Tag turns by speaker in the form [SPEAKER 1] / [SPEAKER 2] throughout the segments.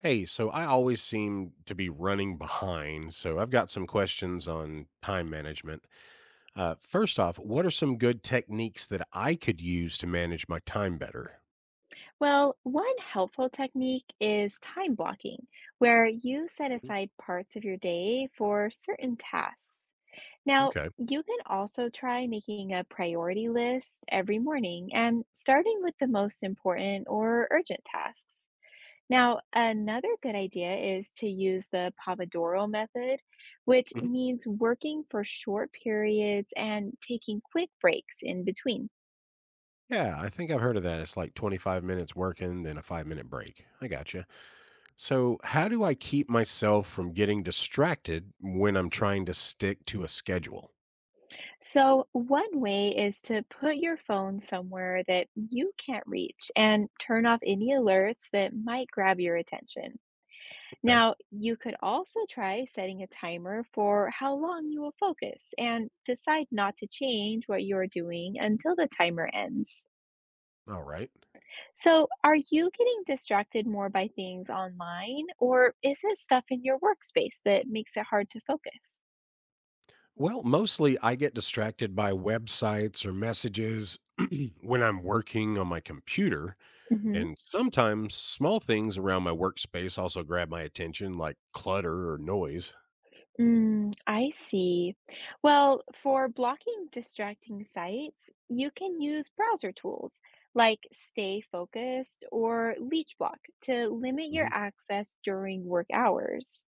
[SPEAKER 1] Hey, so I always seem to be running behind, so I've got some questions on time management. First off, what are some good techniques that I could use to manage my time better?
[SPEAKER 2] Well, one helpful technique is time blocking, where you set
[SPEAKER 1] Mhm.
[SPEAKER 2] aside parts of your day for certain tasks. Now,
[SPEAKER 1] Okay.
[SPEAKER 2] you can also try making a priority list every morning and starting with the most important or urgent tasks. Now, another good idea is to use the Pomodoro method, which
[SPEAKER 1] Mhm.
[SPEAKER 2] means working for short periods and taking quick breaks in between.
[SPEAKER 1] Yeah, I think I've heard of that. It's like 25 minutes working, then a 5 minute break. I gotcha. So, how do I keep myself from getting distracted when I'm trying to stick to a schedule?
[SPEAKER 2] So, one way is to put your phone somewhere that you can't reach and turn off any alerts that might grab your attention.
[SPEAKER 1] Okay.
[SPEAKER 2] Now, you could also try setting a timer for how long you will focus and decide not to change what you're doing until the timer ends.
[SPEAKER 1] All right.
[SPEAKER 2] So, are you getting distracted more by things online or is it stuff in your workspace that makes it hard to focus?
[SPEAKER 1] Well, mostly I get distracted by websites or messages when I'm working on my computer.
[SPEAKER 2] Hmm.
[SPEAKER 1] And sometimes small things around my workspace also grab my attention, like clutter or noise.
[SPEAKER 2] Mm, I see. Well, for blocking distracting sites, you can use browser tools like Stay Focused or Leech Block to limit your
[SPEAKER 1] Hmm.
[SPEAKER 2] access during work hours.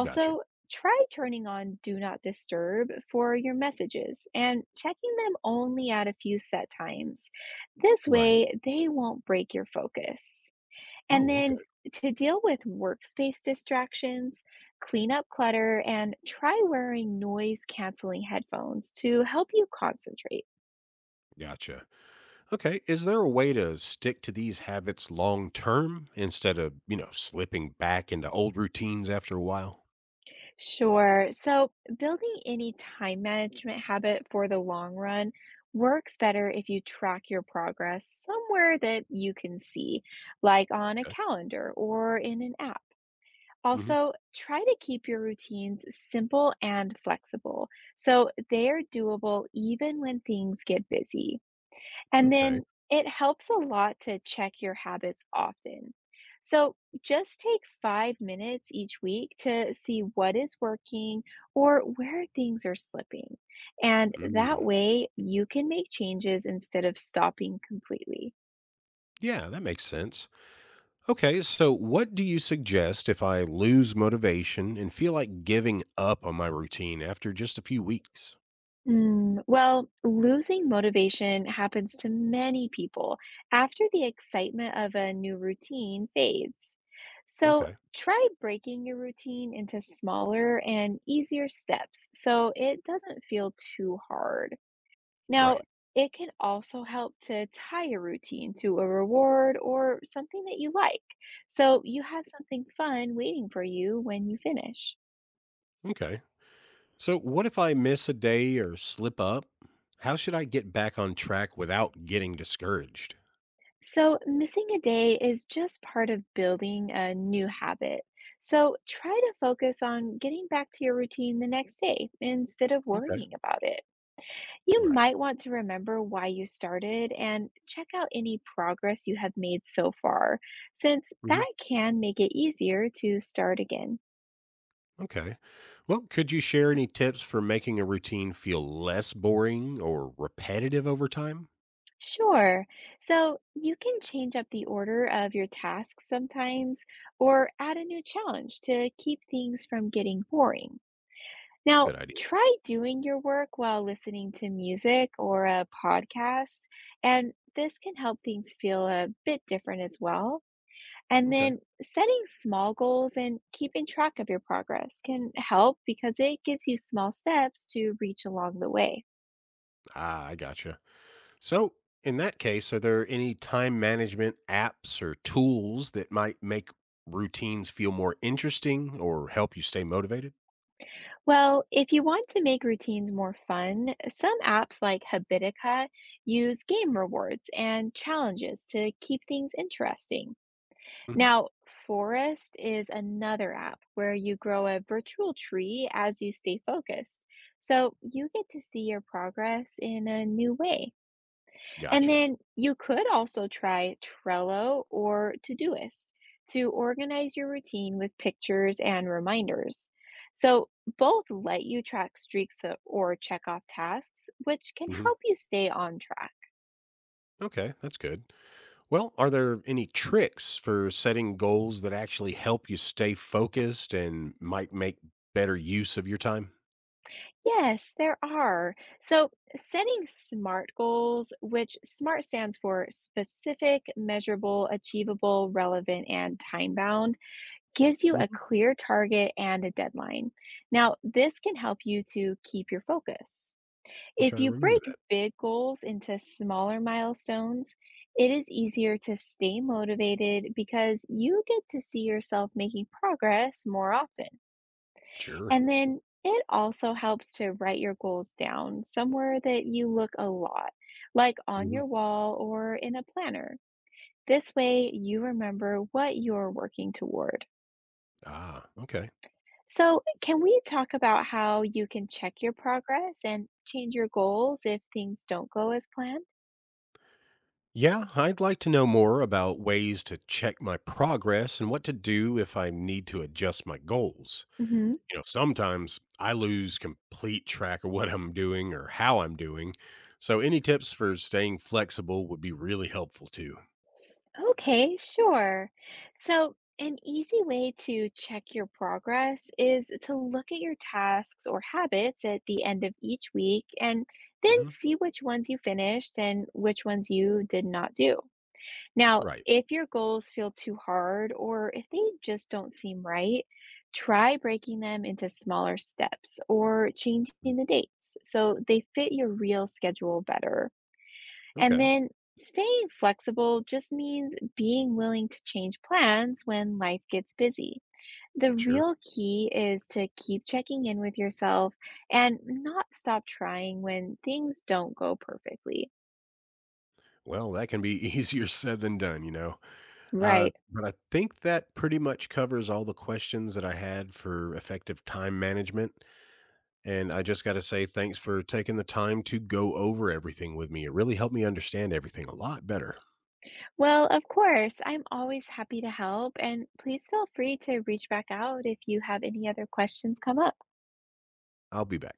[SPEAKER 1] Gotcha.
[SPEAKER 2] try turning on Do Not Disturb for your messages and checking them only at a few set times. This
[SPEAKER 1] Right.
[SPEAKER 2] way, they won't break your focus. And
[SPEAKER 1] Oh,
[SPEAKER 2] then
[SPEAKER 1] okay.
[SPEAKER 2] to deal with workspace distractions, clean up clutter and try wearing noise canceling headphones to help you concentrate.
[SPEAKER 1] Gotcha. Okay. Is there a way to stick to these habits long term instead of, slipping back into old routines after a while?
[SPEAKER 2] Sure. So, building any time management habit for the long run works better if you track your progress somewhere that you can see, like on a
[SPEAKER 1] Okay.
[SPEAKER 2] calendar or in an app.
[SPEAKER 1] Hmm.
[SPEAKER 2] Also, try to keep your routines simple and flexible so they are doable even when things get busy. And
[SPEAKER 1] Okay.
[SPEAKER 2] then it helps a lot to check your habits often. So just take 5 minutes each week to see what is working or where things are slipping. And that
[SPEAKER 1] Mm.
[SPEAKER 2] way you can make changes instead of stopping completely.
[SPEAKER 1] Yeah, that makes sense. Okay, so what do you suggest if I lose motivation and feel like giving up on my routine after just a few weeks?
[SPEAKER 2] Mm, well, losing motivation happens to many people after the excitement of a new routine fades. So
[SPEAKER 1] Okay,
[SPEAKER 2] try breaking your routine into smaller and easier steps so it doesn't feel too hard. Now,
[SPEAKER 1] right.
[SPEAKER 2] it can also help to tie your routine to a reward or something that you like. So you have something fun waiting for you when you finish.
[SPEAKER 1] Okay. So, what if I miss a day or slip up? How should I get back on track without getting discouraged?
[SPEAKER 2] So, missing a day is just part of building a new habit. So, try to focus on getting back to your routine the next day instead of
[SPEAKER 1] Okay,
[SPEAKER 2] worrying about it. You
[SPEAKER 1] right.
[SPEAKER 2] might want to remember why you started and check out any progress you have made so far, since
[SPEAKER 1] Hmm.
[SPEAKER 2] that can make it easier to start again.
[SPEAKER 1] Okay. Well, could you share any tips for making a routine feel less boring or repetitive over time?
[SPEAKER 2] Sure. So, you can change up the order of your tasks sometimes or add a new challenge to keep things from getting boring. Now,
[SPEAKER 1] Good idea.
[SPEAKER 2] try doing your work while listening to music or a podcast, and this can help things feel a bit different as well. And
[SPEAKER 1] Okay.
[SPEAKER 2] then setting small goals and keeping track of your progress can help because it gives you small steps to reach along the way.
[SPEAKER 1] Ah, I gotcha. So, in that case, are there any time management apps or tools that might make routines feel more interesting or help you stay motivated?
[SPEAKER 2] Well, if you want to make routines more fun, some apps like Habitica use game rewards and challenges to keep things interesting.
[SPEAKER 1] Hmm.
[SPEAKER 2] Now, Forest is another app where you grow a virtual tree as you stay focused. So you get to see your progress in a new way. And
[SPEAKER 1] Gotcha.
[SPEAKER 2] then you could also try Trello or Todoist to organize your routine with pictures and reminders. So both let you track streaks or check off tasks, which can
[SPEAKER 1] Hmm.
[SPEAKER 2] help you stay on track.
[SPEAKER 1] Okay, that's good. Well, are there any tricks for setting goals that actually help you stay focused and might make better use of your time?
[SPEAKER 2] Yes, there are. So, setting SMART goals, which SMART stands for specific, measurable, achievable, relevant, and time bound, gives you a
[SPEAKER 1] Hmm.
[SPEAKER 2] clear target and a deadline. Now, this can help you to keep your focus.
[SPEAKER 1] I'll
[SPEAKER 2] If
[SPEAKER 1] try to
[SPEAKER 2] you
[SPEAKER 1] remember
[SPEAKER 2] break
[SPEAKER 1] that.
[SPEAKER 2] big goals into smaller milestones, it is easier to stay motivated because you get to see yourself making progress more often.
[SPEAKER 1] Sure.
[SPEAKER 2] And then it also helps to write your goals down somewhere that you look a lot, like on your
[SPEAKER 1] Hmm.
[SPEAKER 2] wall or in a planner. This way, you remember what you're working toward.
[SPEAKER 1] Ah, okay.
[SPEAKER 2] So, can we talk about how you can check your progress and change your goals if things don't go as planned?
[SPEAKER 1] Yeah, I'd like to know more about ways to check my progress and what to do if I need to adjust my goals. You know, sometimes I lose complete track of what I'm doing or how I'm doing. So, any tips for staying flexible would be really helpful too.
[SPEAKER 2] Okay, sure. So, an easy way to check your progress is to look at your tasks or habits at the end of each week and then
[SPEAKER 1] Hmm.
[SPEAKER 2] see which ones you finished and which ones you did not do. Now,
[SPEAKER 1] Right.
[SPEAKER 2] if your goals feel too hard or if they just don't seem right, try breaking them into smaller steps or changing
[SPEAKER 1] Mm.
[SPEAKER 2] the dates so they fit your real schedule better. And
[SPEAKER 1] Okay.
[SPEAKER 2] then staying flexible just means being willing to change plans when life gets busy. The
[SPEAKER 1] Sure.
[SPEAKER 2] real key is to keep checking in with yourself and not stop trying when things don't go perfectly.
[SPEAKER 1] Well, that can be easier said than done, you know.
[SPEAKER 2] Right.
[SPEAKER 1] But I think that pretty much covers all the questions that I had for effective time management. And I just got to say, thanks for taking the time to go over everything with me. It really helped me understand everything a lot better.
[SPEAKER 2] Well, of course, I'm always happy to help, and please feel free to reach back out if you have any other questions come up.
[SPEAKER 1] I'll be back.